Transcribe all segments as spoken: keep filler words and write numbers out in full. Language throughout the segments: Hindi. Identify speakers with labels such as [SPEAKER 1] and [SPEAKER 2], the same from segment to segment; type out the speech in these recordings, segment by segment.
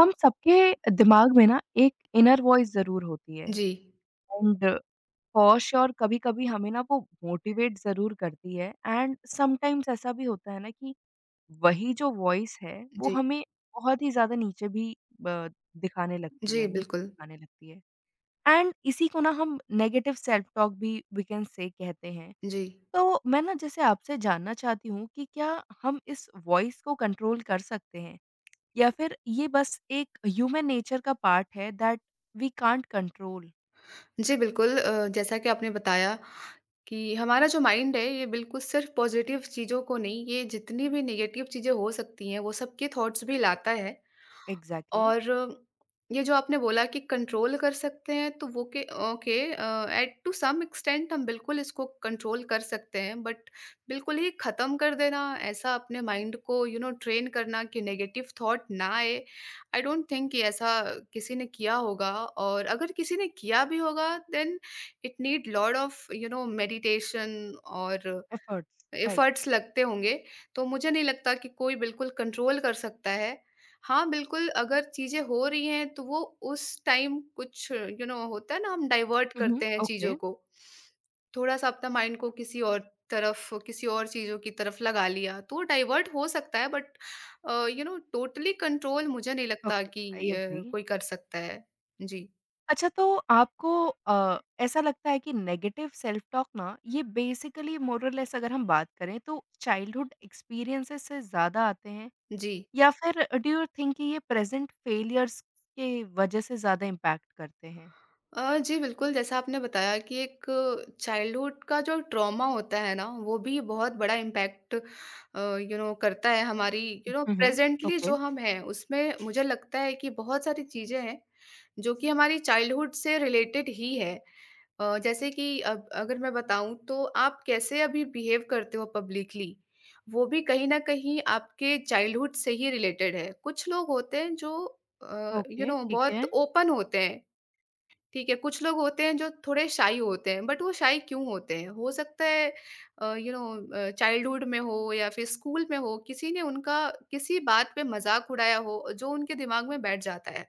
[SPEAKER 1] हम सबके दिमाग में ना एक इनर वॉइस ज़रूर होती है
[SPEAKER 2] जी,
[SPEAKER 1] एंड फॉर श्योर कभी-कभी हमें ना वो मोटिवेट ज़रूर करती है। एंड समटाइम्स ऐसा भी होता है ना कि वही जो वॉइस है वो
[SPEAKER 2] जी,
[SPEAKER 1] हमें बहुत ही ज़्यादा नीचे भी अ, दिखाने लगती
[SPEAKER 2] जी,
[SPEAKER 1] है, नीचे
[SPEAKER 2] बिल्कुल।
[SPEAKER 1] दिखाने लगती है। एंड इसी को ना हम नेगेटिव सेल्फ टॉक भी वी कैन से कहते हैं।
[SPEAKER 2] जी।
[SPEAKER 1] तो मैं ना जैसे आपसे जानना चाहती हूँ कि क्या हम इस वॉइस को कंट्रोल कर सकते हैं या फिर ये बस एक ह्यूमन नेचर का पार्ट है दैट वी कांट कंट्रोल।
[SPEAKER 2] जी, बिल्कुल अ, जैसा कि आपने बताया कि हमारा जो माइंड है ये बिल्कुल सिर्फ़ पॉज़िटिव चीज़ों को नहीं, ये जितनी भी नेगेटिव चीज़ें हो सकती हैं, वो सब के थॉट्स भी लाता है।
[SPEAKER 1] एग्जैक्टली।
[SPEAKER 2] और ये जो आपने बोला कि कंट्रोल कर सकते हैं तो वो के okay at to some extent हम बिल्कुल इसको कंट्रोल कर सकते हैं बट बिल्कुल ही ख़त्म कर देना, ऐसा अपने माइंड को यू नो ट्रेन करना कि नेगेटिव थॉट ना आए, आई डोंट थिंक कि ऐसा किसी ने किया होगा। और अगर किसी ने किया भी होगा then it need lot of you know meditation और
[SPEAKER 1] एफर्ट्स, राइट।
[SPEAKER 2] एफर्ट्स लगते होंगे, तो मुझे नहीं लगता कि कोई बिल्कुल कंट्रोल कर सकता है। हाँ, बिल्कुल अगर चीज़ें हो रही हैं तो वो उस टाइम कुछ यू you नो know, होता है ना, हम डाइवर्ट
[SPEAKER 1] हम्म,
[SPEAKER 2] करते हैं
[SPEAKER 1] ओके।
[SPEAKER 2] चीज़ों को। थोड़ा-सा अपना माइंड को किसी और तरफ, किसी और चीज़ों की तरफ लगा लिया, तो वो डाइवर्ट हो सकता है but uh, you know totally control मुझे नहीं लगता
[SPEAKER 1] ओके,
[SPEAKER 2] कि
[SPEAKER 1] आई एग्री।
[SPEAKER 2] अ, कोई कर सकता है। जी,
[SPEAKER 1] अच्छा तो आपको अ, ऐसा लगता है कि नेगेटिव सेल्फ टॉक ना ये बेसिकली मोरलेस अगर हम बात करें तो चाइल्डहुड एक्सपीरियंसेस से ज्यादा आते हैं
[SPEAKER 2] जी।
[SPEAKER 1] या फिर डू यू थिंक कि ये प्रेजेंट फेलियर्स के वजह से ज्यादा इम्पैक्ट करते हैं?
[SPEAKER 2] अ, जी बिल्कुल, जैसा आपने बताया कि एक चाइल्डहुड का जो ट्रॉमा होता है ना, वो भी बहुत बड़ा इम्पैक्ट अ, यू नो करता है हमारी। You know
[SPEAKER 1] hmm,
[SPEAKER 2] presently
[SPEAKER 1] okay.
[SPEAKER 2] जो हम हैं, उसमें मुझे लगता है कि बहुत सारी चीज़ें हैं, जो कि हमारी चाइल्डहुड से रिलेटेड ही है। अ, जैसे कि अब अगर मैं बताऊँ तो आप कैसे अभी बिहेव करते हो पब्लिकली, वो भी कहीं न कहीं आपके चाइल्डहुड से ही रिलेटेड है। कुछ लोग होते हैं जो अ, यू
[SPEAKER 1] ओके,
[SPEAKER 2] नो
[SPEAKER 1] ठीक
[SPEAKER 2] बहुत
[SPEAKER 1] है।
[SPEAKER 2] ओपन होते हैं, ठीक है, कुछ लोग होते हैं जो थोड़े शाई होते हैं, बट वो शाई क्यों होते हैं? हो सकता है uh, you know uh, childhood में हो या फिर स्कूल में हो, किसी ने उनका किसी बात पे मज़ाक उड़ाया हो, जो उनके दिमाग में बैठ जाता है।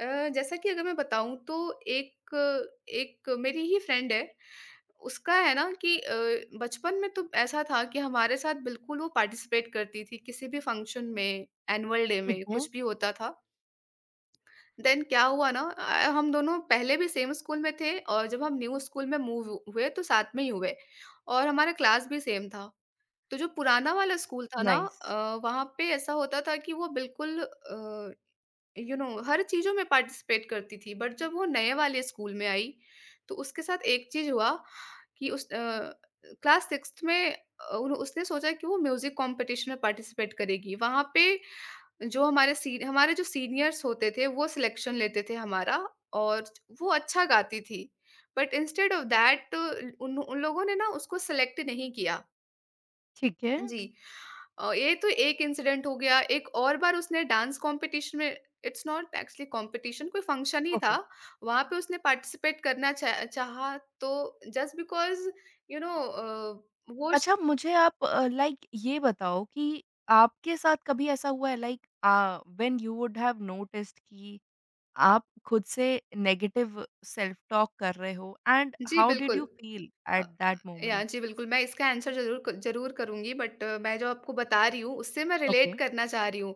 [SPEAKER 2] अ, जैसा कि अगर मैं बताऊँ तो एक एक मेरी ही फ्रेंड है, उसका है ना कि अ, बचपन में तो ऐसा था कि हमारे साथ बिल्कुल वो पार्टिसिपेट करती थी, किसी भी फंक्शन में, एनुअल डे में,
[SPEAKER 1] ठीक है।
[SPEAKER 2] कुछ भी होता था। देन क्या हुआ ना, अ, हम दोनों पहले भी सेम स्कूल में थे और जब हम न्यू स्कूल में मूव हुए तो साथ में ही हुए और हमारा क्लास भी सेम था। तो जो पुराना वाला स्कूल था ना,
[SPEAKER 1] नाइस।
[SPEAKER 2] अ, वहाँ पे ऐसा होता था कि वो बिल्कुल अ, यू नो हर चीज़ों में पार्टिसिपेट करती थी बट जब वो नए वाले स्कूल में आई तो उसके साथ एक चीज़ हुआ कि उस अ, क्लास सिक्स्थ में अ, उन उसने सोचा कि वो म्यूज़िक कॉम्पिटिशन में पार्टिसिपेट करेगी। वहाँ पे जो हमारे सी हमारे जो सीनियर्स होते थे, वो सिलेक्शन लेते थे हमारा, और वो अच्छा गाती थी। बट इंस्टेड ऑफ दैट उन उन लोगों ने ना उसको सेलेक्ट नहीं किया।
[SPEAKER 1] ठीक है।
[SPEAKER 2] जी। अ, ये तो एक इंसिडेंट हो गया, एक और बार उसने डांस कॉम्पिटिशन में, इट्स नॉट एक्चुअली कॉम्पिटिशन, कोई फंक्शन ही
[SPEAKER 1] ओके।
[SPEAKER 2] था। वहाँ पे उसने पार्टिसिपेट करना चा चाहा तो just because you know uh, वो श,
[SPEAKER 1] अच्छा, मुझे आप अ, लाइक ये बताओ कि आपके साथ कभी ऐसा हुआ है like uh when you would have noticed कि आप खुद से नेगेटिव सेल्फ टॉक कर रहे हो एंड
[SPEAKER 2] जी,
[SPEAKER 1] हाउ डिड यू
[SPEAKER 2] बिल्कुल।
[SPEAKER 1] फील
[SPEAKER 2] अ,
[SPEAKER 1] एट दैट
[SPEAKER 2] या
[SPEAKER 1] मोमेंट?
[SPEAKER 2] जी, बिल्कुल, मैं इसका आंसर ज़रूर क ज़रूर करूँगी बट मैं जो आपको बता रही हूँ, उससे मैं
[SPEAKER 1] ओके।
[SPEAKER 2] रिलेट करना चाह रही हूँ।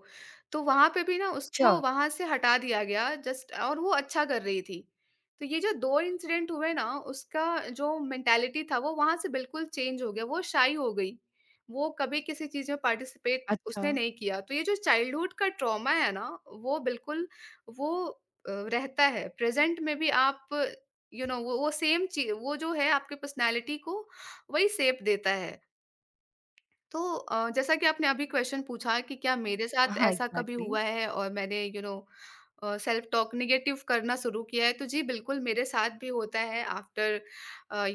[SPEAKER 2] तो वहाँ पे भी ना
[SPEAKER 1] श्योर।
[SPEAKER 2] उसको वहाँ से हटा दिया गया जस्ट, और वो अच्छा कर रही थी। तो ये जो दो इंसिडेंट हुए ना, उसका जो मेंटालिटी था, वो वहाँ से बिल्कुल चेंज हो गया, वो शाई हो गई। वो कभी किसी चीज़ में पार्टिसिपेट
[SPEAKER 1] अच्छा।
[SPEAKER 2] उसने नहीं किया। तो ये जो चाइल्डहुड का ट्रॉमा है ना, वो बिल्कुल वो अ, रहता है। प्रेज़ेंट में भी आप यू नो वो वो सेम चीज वो जो है, आपके पर्सनैलिटी को वही शेप देता है। तो अ, जैसा कि आपने अभी क्वेश्चन पूछा कि क्या मेरे साथ
[SPEAKER 1] हाँ,
[SPEAKER 2] ऐसा कभी
[SPEAKER 1] एग्ज़ैक्टली।
[SPEAKER 2] हुआ है और मैंने you know self talk negative करना शुरू किया है, तो जी बिल्कुल मेरे साथ भी होता है आफ्टर,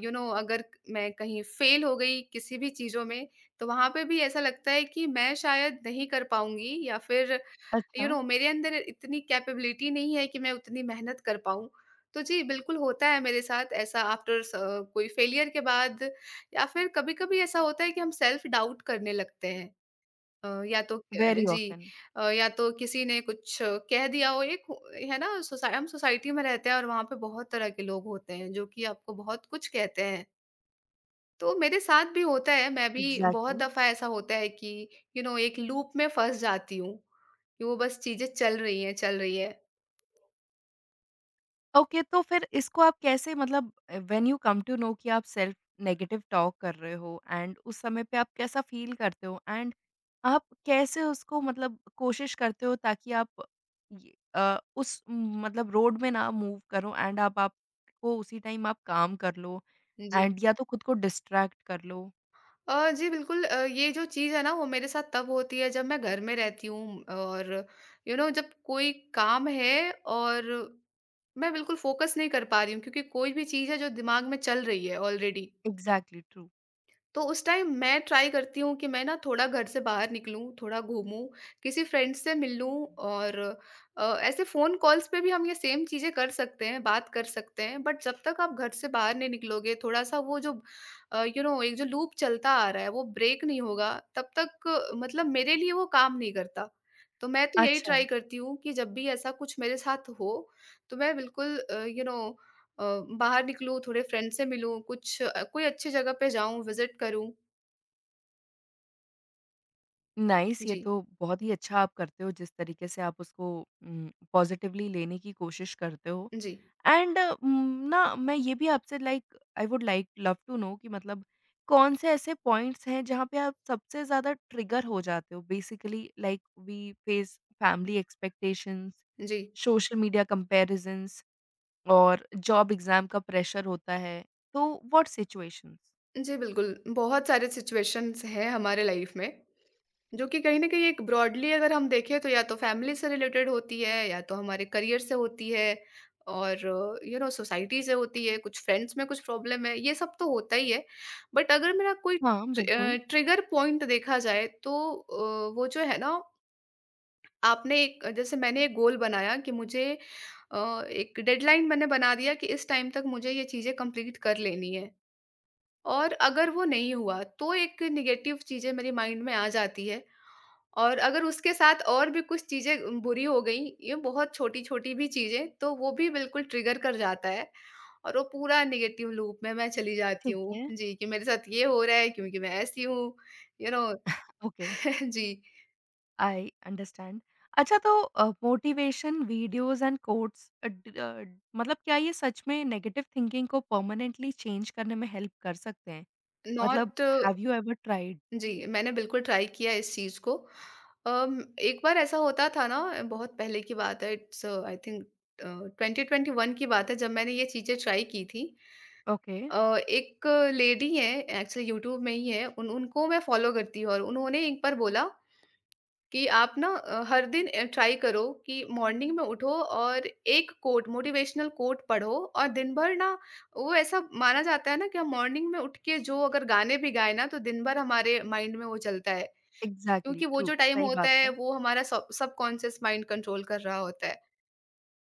[SPEAKER 2] यू नो अगर मैं कहीं फेल हो गई किसी भी चीज़ों में, तो वहाँ पे भी ऐसा लगता है कि मैं शायद नहीं कर पाऊंगी या फिर
[SPEAKER 1] अच्छा।
[SPEAKER 2] यू नो मेरे अंदर इतनी कैपेबिलिटी नहीं है कि मैं उतनी मेहनत कर पाऊँ। तो जी, बिल्कुल होता है मेरे साथ ऐसा आफ्टर स कोई फेलियर के बाद, या फिर कभी-कभी ऐसा होता है कि हम सेल्फ डाउट करने लगते हैं। अ, या तो अ,
[SPEAKER 1] वेरी
[SPEAKER 2] जी
[SPEAKER 1] ऑफ़न।
[SPEAKER 2] अ, या तो किसी ने कुछ अ, कह दिया हो एक हो- है ना, सोसा हम सोसाइटी में रहते हैं और वहाँ पे बहुत तरह के लोग होते हैं जो कि आपको बहुत कुछ कहते हैं। तो मेरे साथ भी होता है, मैं भी बहुत
[SPEAKER 1] एग्ज़ैक्टली।
[SPEAKER 2] दफ़ा ऐसा होता है कि यू नो एक लूप में फँस जाती हूँ, कि वो बस चीज़ें चल रही हैं, चल रही हैं।
[SPEAKER 1] ओके, तो फिर इसको आप कैसे मतलब uh, when you come to know कि आप सेल्फ नेगेटिव टॉक कर रहे हो एंड उस समय पे आप कैसा फील करते हो एंड आप कैसे उसको मतलब कोशिश करते हो ताकि आप ये अ, उस म, मतलब रोड में ना मूव करो एंड आप आपको उसी टाइम आप काम कर लो
[SPEAKER 2] जी।
[SPEAKER 1] एंड या तो खुद को डिस्ट्रैक्ट कर लो?
[SPEAKER 2] अ, जी बिल्कुल, अ, ये जो चीज़ है ना वो मेरे साथ तब होती है जब मैं घर में रहती हूँ और यू नो जब कोई काम है और मैं बिल्कुल फ़ोकस नहीं कर पा रही हूँ, क्योंकि कोई भी चीज़ है जो दिमाग में चल रही है ऑलरेडी।
[SPEAKER 1] Exactly true.
[SPEAKER 2] तो उस टाइम मैं ट्राई करती हूँ कि मैं ना थोड़ा घर से बाहर निकलूँ, थोड़ा घूमूँ, किसी फ्रेंड से मिलूँ, और अ, ऐसे फ़ोन कॉल्स पे भी हम ये सेम चीज़ें कर सकते हैं, बात कर सकते हैं। बट जब तक आप घर से बाहर नहीं निकलोगे, थोड़ा-सा वो जो अ, यू नो एक जो लूप चलता आ रहा है, वो ब्रेक नहीं होगा, तब तक अ, मतलब मेरे लिए वो काम नहीं करता। तो मैं तो यही
[SPEAKER 1] अच्छा।
[SPEAKER 2] ट्राई करती हूँ कि जब भी ऐसा कुछ मेरे साथ हो, तो मैं बिल्कुल अ, यू नो अ, बाहर निकलूँ, थोड़े फ्रेंड से मिलूँ, कुछ अ, कोई अच्छी जगह पे जाऊँ, विज़िट करूँ।
[SPEAKER 1] नाइस, ये
[SPEAKER 2] जी,
[SPEAKER 1] तो बहुत ही अच्छा आप करते हो जिस तरीके से आप उसको उम, पॉज़िटिवली लेने की कोशिश करते हो।
[SPEAKER 2] जी,
[SPEAKER 1] एंड ना मैं ये भी आपसे like I would like love to know कि मतलब कौन से ऐसे पॉइंट्स हैं जहाँ पे आप सबसे ज़्यादा ट्रिगर हो जाते हो, basically like we face family expectations,
[SPEAKER 2] जी।
[SPEAKER 1] सोशल मीडिया कंपैरिजंस और जॉब एग्जाम का प्रेशर होता है। तो व्हाट सिचुएशंस।
[SPEAKER 2] जी, बिल्कुल, बहुत सारे सिचुएशंस हैं हमारे लाइफ़ में, जो कि कहीं न कहीं एक ब्रॉडली अगर हम देखें तो या तो फैमिली से रिलेटेड होती है, या तो हमारे करियर से होती है और यू नो सोसाइटी से होती है, कुछ फ्रेंड्स में कुछ प्रॉब्लम है, ये सब तो होता ही है। बट अगर मेरा कोई
[SPEAKER 1] हाँ,
[SPEAKER 2] ट्रि अ,
[SPEAKER 1] बिल्कुल।
[SPEAKER 2] ट्रिगर पॉइंट देखा जाए तो अ, वो जो है ना, आपने एक, जैसे मैंने एक गोल बनाया कि मुझे अ, एक डेडलाइन मैंने बना दिया कि इस टाइम तक मुझे ये चीज़ें कंप्लीट कर लेनी है, और अगर वो नहीं हुआ तो एक नेगेटिव चीज़ें मेरे माइंड में आ जाती है, और अगर उसके साथ और भी कुछ चीज़ें बुरी हो गई, ये बहुत छोटी-छोटी भी चीज़ें, तो वो भी बिल्कुल ट्रिगर कर जाता है और वो पूरा नेगेटिव लूप में मैं चली जाती
[SPEAKER 1] ठीक
[SPEAKER 2] हूँ।
[SPEAKER 1] है।
[SPEAKER 2] जी, कि मेरे साथ ये हो रहा है क्योंकि मैं ऐसी हूँ, यू नो।
[SPEAKER 1] ओके।
[SPEAKER 2] जी,
[SPEAKER 1] आई अंडरस्टैंड। अच्छा तो अ, motivation videos and quotes uh, ड अ, मतलब क्या ये सच में नेगेटिव थिंकिंग को परमानेंटली चेंज करने में हेल्प कर सकते हैं? मतलब
[SPEAKER 2] not,
[SPEAKER 1] have you ever tried?
[SPEAKER 2] जी, मैंने बिल्कुल ट्राई किया इस चीज़ को। अम, एक बार ऐसा होता था ना, बहुत पहले की बात है, it's I think uh, twenty twenty one की बात है, जब मैंने ये चीज़ें ट्राई की थी।
[SPEAKER 1] ओके।
[SPEAKER 2] अ, एक लेडी हैं, एक्चुअली यूट्यूब में ही हैं, उन उनको मैं फ़ॉलो करती हूँ, और उन्होंने एक बार बोला कि आप ना अ, हर दिन अ, ट्राई करो कि मॉर्निंग में उठो और एक कोट, मोटिवेशनल कोट पढ़ो, और दिन भर ना वो ऐसा माना जाता है ना कि हम मॉर्निंग में उठ के जो अगर गाने भी गाएँ ना, तो दिन भर हमारे माइंड में वो चलता है।
[SPEAKER 1] एग्ज़ैक्टली
[SPEAKER 2] क्योंकि वो
[SPEAKER 1] ट्रू,
[SPEAKER 2] जो टाइम
[SPEAKER 1] सही
[SPEAKER 2] होता
[SPEAKER 1] बात
[SPEAKER 2] है
[SPEAKER 1] है।
[SPEAKER 2] वो हमारा सब सबकॉन्शियस माइंड कंट्रोल कर रहा होता है।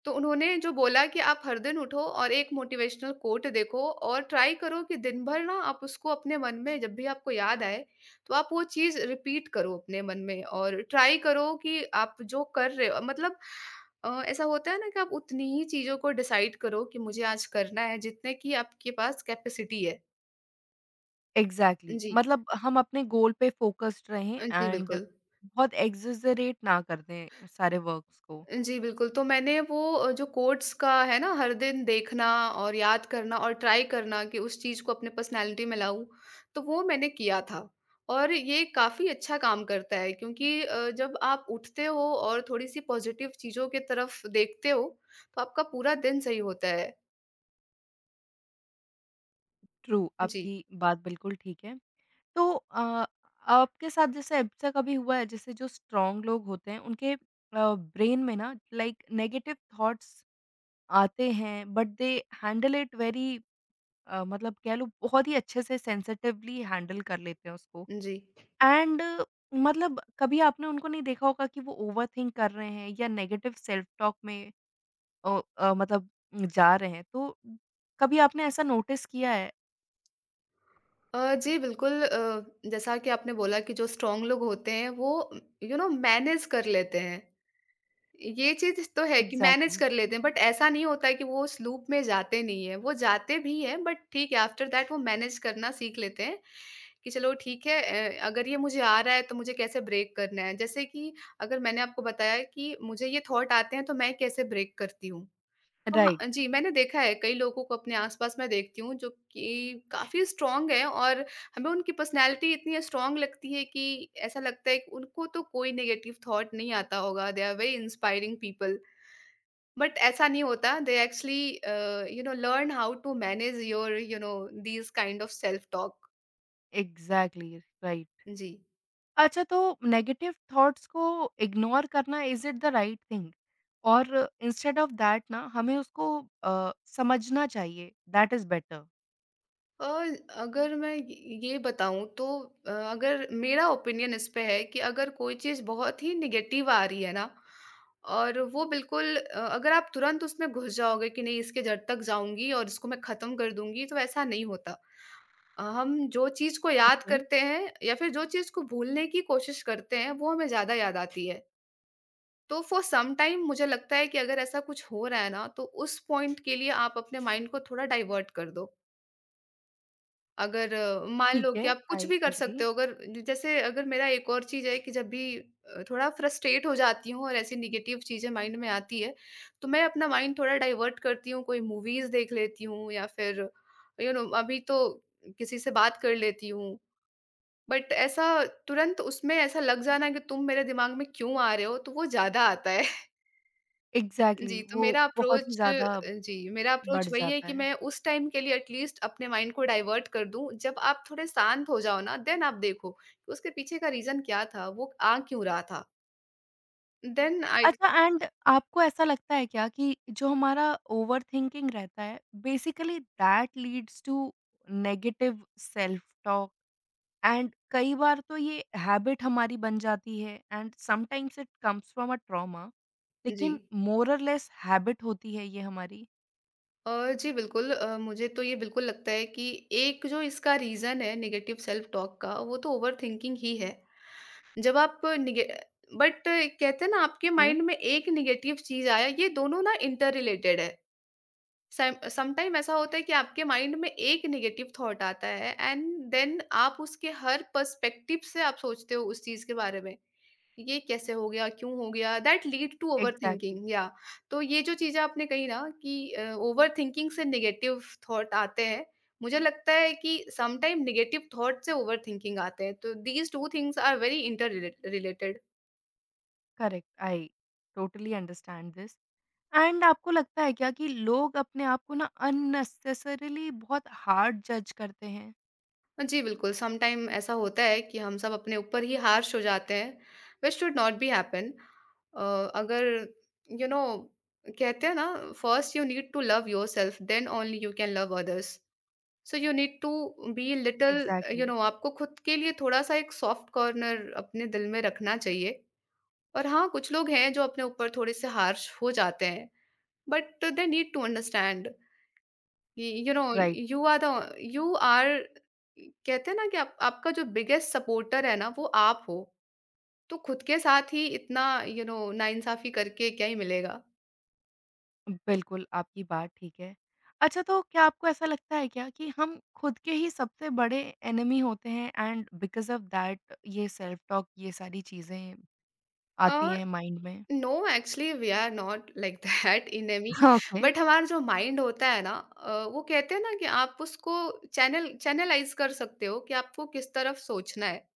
[SPEAKER 2] तो उन्होंने जो बोला कि आप हर दिन उठो और एक मोटिवेशनल कोट देखो, और ट्राई करो कि दिन भर ना आप उसको अपने मन में, जब भी आपको याद आए, तो आप वो चीज़ रिपीट करो अपने मन में, और ट्राई करो कि आप जो कर रहे हो मतलब अ, ऐसा होता है ना कि आप उतनी ही चीज़ों को डिसाइड करो कि मुझे आज करना है, जितने की आपके पास कैपेसिटी है।
[SPEAKER 1] एग्ज़ैक्टली,
[SPEAKER 2] जी।
[SPEAKER 1] मतलब हम अपने गोल पे फ़ोकस्ड रहें
[SPEAKER 2] अ, जी,
[SPEAKER 1] एंड
[SPEAKER 2] बिल्कुल।
[SPEAKER 1] बहुत एक्सजरेट ना कर दें उस सारे वर्क्स को।
[SPEAKER 2] जी, बिल्कुल। तो मैंने वो अ, जो कोट्स का है ना, हर दिन देखना और याद करना और ट्राई करना कि उस चीज़ को अपने पर्सनैलिटी में लाऊँ, तो वो मैंने किया था। और ये काफ़ी अच्छा काम करता है क्योंकि अ, जब आप उठते हो और थोड़ी-सी पॉज़िटिव चीज़ों की तरफ देखते हो, तो आपका पूरा दिन सही होता है।
[SPEAKER 1] ट्रू,
[SPEAKER 2] जी,
[SPEAKER 1] आपकी बात बिल्कुल ठीक है। तो अ, आपके साथ जैसे ऐसा कभी हुआ है जैसे जो स्ट्रॉन्ग लोग होते हैं उनके ब्रेन में ना लाइक नेगेटिव थॉट्स आते हैं but they handle it very, मतलब कह लो बहुत ही अच्छे से सेंसिटिवली हैंडल कर लेते हैं उसको।
[SPEAKER 2] जी।
[SPEAKER 1] एंड मतलब कभी आपने उनको नहीं देखा होगा कि वो ओवर थिंक कर रहे हैं या नेगेटिव सेल्फ टॉक में अ, अ, मतलब जा रहे हैं, तो कभी आपने ऐसा नोटिस किया है?
[SPEAKER 2] अ, जी, बिल्कुल, अ, जैसा कि आपने बोला कि जो स्ट्रॉन्ग लोग होते हैं, वो यू नो मैनेज कर लेते हैं। ये चीज़ तो है कि मैनेज
[SPEAKER 1] एग्जैक्टली।
[SPEAKER 2] कर लेते हैं, बट ऐसा नहीं होता है कि वो उस लूप में जाते नहीं हैं, वो जाते भी हैं बट ठीक है आफ्टर दैट वो मैनेज करना सीख लेते हैं, कि चलो ठीक है अ, अगर ये मुझे आ रहा है तो मुझे कैसे ब्रेक करना है। जैसे कि अगर मैंने आपको बताया कि मुझे ये थॉट आते हैं तो मैं कैसे ब्रेक करती हूँ। तो हाँ
[SPEAKER 1] राइट।
[SPEAKER 2] जी, मैंने देखा है कई लोगों को अपने आस-पास मैं देखती हूँ जो कि काफ़ी स्ट्रॉन्ग हैं और हमें उनकी पर्सनैलिटी इतनी स्ट्रॉन्ग लगती है कि ऐसा लगता है कि उनको तो कोई नेगेटिव थॉट नहीं आता होगा, they are very inspiring people. But ऐसा नहीं होता, they actually uh, you know learn how to manage your you know these kind of self talk.
[SPEAKER 1] Exactly. Right.
[SPEAKER 2] जी।
[SPEAKER 1] अच्छा तो नेगेटिव थॉट्स को इग्नोर करना is it the right thing? और इंस्टेड ऑफ दैट ना हमें उसको अ, समझना चाहिए, दैट इज़ बेटर।
[SPEAKER 2] अ, अगर मैं ये ये बताऊँ तो अ, अगर मेरा ओपिनियन इस पे है कि अगर कोई चीज़ बहुत ही नेगेटिव आ रही है ना और वो बिल्कुल अ, अगर आप तुरंत उसमें घुस जाओगे कि नहीं इसके जड़ तक जाऊंगी और इसको मैं ख़त्म कर दूंगी तो ऐसा नहीं होता। अ, हम जो चीज़ को याद
[SPEAKER 1] ओके।
[SPEAKER 2] करते हैं या फिर जो चीज़ को भूलने की कोशिश करते हैं वो हमें ज़्यादा याद आती है। तो फॉर सम टाइम मुझे लगता है कि अगर ऐसा कुछ हो रहा है ना तो उस पॉइंट के लिए आप अपने माइंड को थोड़ा डाइवर्ट कर दो। अगर अ, मान
[SPEAKER 1] ठीक
[SPEAKER 2] लो
[SPEAKER 1] है,
[SPEAKER 2] कि आप कुछ
[SPEAKER 1] आई
[SPEAKER 2] भी कर
[SPEAKER 1] एग्री।
[SPEAKER 2] सकते हो अगर जैसे। अगर मेरा एक और चीज़ है कि जब भी अ, थोड़ा फ्रस्ट्रेट हो जाती हूँ और ऐसी नेगेटिव चीज़ें माइंड में आती है, तो मैं अपना माइंड थोड़ा डाइवर्ट करती हूँ, कोई मूवीज़ देख लेती हूँ या फिर यू नो अभी तो किसी से बात कर लेती हूँ। बट ऐसा तुरंत उसमें ऐसा लग जाना कि तुम मेरे दिमाग में क्यों आ रहे हो, तो वो ज़्यादा आता है।
[SPEAKER 1] एग्ज़ैक्टली,
[SPEAKER 2] जी, तो
[SPEAKER 1] वो
[SPEAKER 2] मेरा
[SPEAKER 1] बहुत ही
[SPEAKER 2] अप्रोच अ,
[SPEAKER 1] ज़्यादा
[SPEAKER 2] जी, मेरा अप्रोच
[SPEAKER 1] बढ़
[SPEAKER 2] वही है
[SPEAKER 1] जाता
[SPEAKER 2] कि
[SPEAKER 1] है।
[SPEAKER 2] मैं उस टाइम के लिए एटलीस्ट अपने माइंड को डाइवर्ट कर दूँ, जब आप थोड़े शांत हो जाओ ना, देन आप देखो, कि उसके पीछे का रीज़न क्या था, वो आ क्यों रहा था। Then I.
[SPEAKER 1] अच्छा, एंड आपको ऐसा लगता है क्या कि जो हमारा ओवरथिंकिंग रहता है basically that leads to negative self talk? And कई बार तो ये हैबिट हमारी बन जाती है and sometimes it comes from a trauma,
[SPEAKER 2] जी।
[SPEAKER 1] लेकिन मोर और लेस हैबिट होती है ये हमारी।
[SPEAKER 2] अ, जी बिल्कुल, अ, मुझे तो ये बिल्कुल लगता है कि एक जो इसका रीज़न है नेगेटिव सेल्फ टॉक का, वो तो ओवरथिंकिंग ही है। जब आप निगे बट कहते हैं ना आपके
[SPEAKER 1] ओके।
[SPEAKER 2] माइंड में एक नेगेटिव चीज़ आया, ये दोनों ना इंटर रिलेटेड है। सम समटाइम ऐसा होता है कि आपके माइंड में एक नेगेटिव थॉट आता है एंड देन आप उसके हर पर्सपेक्टिव से आप सोचते हो उस चीज के बारे में। ये कैसे हो गया क्यों हो गया that lead to over
[SPEAKER 1] exactly.
[SPEAKER 2] Thinking. या तो ये जो चीजें आपने कही ना कि ओवर थिंकिंग से नेगेटिव थॉट आते हैं, मुझे लगता है कि समटाइम नेगेटिव थॉट से ओवर थिंकिंग आते हैं। तो these two things are very inter related.
[SPEAKER 1] Correct, I totally understand this. And आपको लगता है क्या कि लोग अपने आप को ना अननेसेसरीली बहुत हार्ड जज करते हैं?
[SPEAKER 2] हाँ जी बिल्कुल, समटाइम ऐसा होता है कि हम सब अपने ऊपर ही हार्श हो जाते हैं, which should not be happen. अ, अगर यू you नो know, कहते हैं ना first you need to love yourself then only you can love others. So you need to be little. You
[SPEAKER 1] exactly.
[SPEAKER 2] Know आपको खुद के लिए थोड़ा-सा एक सॉफ्ट कॉर्नर अपने दिल में रखना चाहिए। और हाँ, कुछ लोग हैं जो अपने ऊपर थोड़े-से हार्श हो जाते हैं, but they need to understand ये you know
[SPEAKER 1] right.
[SPEAKER 2] You are the you are कहते हैं ना कि आप, आपका जो बिगेस्ट सपोर्टर है ना वो आप हो। तो खुद के साथ ही इतना यू नो नाइंसाफी करके क्या ही मिलेगा।
[SPEAKER 1] बिल्कुल, आपकी बात ठीक है। अच्छा तो क्या आपको ऐसा लगता है क्या कि हम खुद के ही सबसे बड़े एनिमी होते हैं एंड बिकॉज़ ऑफ़ दैट ये सेल्फ टॉक ये सारी चीज़ें
[SPEAKER 2] अ
[SPEAKER 1] आती हैं माइंड में?
[SPEAKER 2] No actually we are not like that enemy.
[SPEAKER 1] Okay.
[SPEAKER 2] But हमारा जो माइंड होता है ना अ, वो कहते हैं ना कि आप उसको चैनल चैनलाइज कर सकते हो कि आपको किस तरफ सोचना है।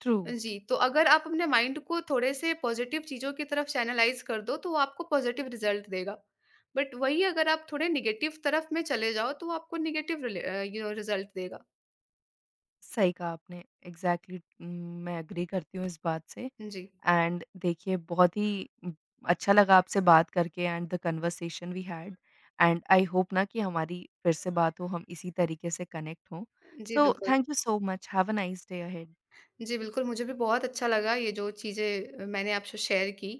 [SPEAKER 1] ट्रू।
[SPEAKER 2] जी, तो अगर आप अपने माइंड को थोड़े से पॉज़िटिव चीज़ों की तरफ चैनलाइज़ कर दो, तो वो आपको पॉज़िटिव रिज़ल्ट देगा। बट वही अगर आप थोड़े नेगेटिव तरफ में चले जाओ, तो वो आपको negative relay uh, you know result देगा।
[SPEAKER 1] सही कहा आपने, एग्ज़ैक्टली। उम, मैं एग्री करती हूँ इस बात से।
[SPEAKER 2] जी।
[SPEAKER 1] एंड देखिए, बहुत ही उम, अच्छा लगा आपसे बात करके and the conversation we had, and I hope ना कि हमारी फिर से बात हो, हम इसी तरीके से कनेक्ट हों।
[SPEAKER 2] जी,
[SPEAKER 1] सो
[SPEAKER 2] बिल्कुल।
[SPEAKER 1] Thank you so much, have a nice day ahead.
[SPEAKER 2] जी, बिल्कुल, मुझे भी बहुत अच्छा लगा ये जो चीज़ें मैंने आपसे शेयर की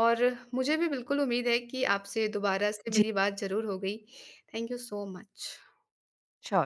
[SPEAKER 2] और मुझे भी बिल्कुल उम्मीद है कि आपसे दोबारा से
[SPEAKER 1] जी।
[SPEAKER 2] मेरी बात ज़रूर हो गई। Thank you so much.
[SPEAKER 1] अच्छा।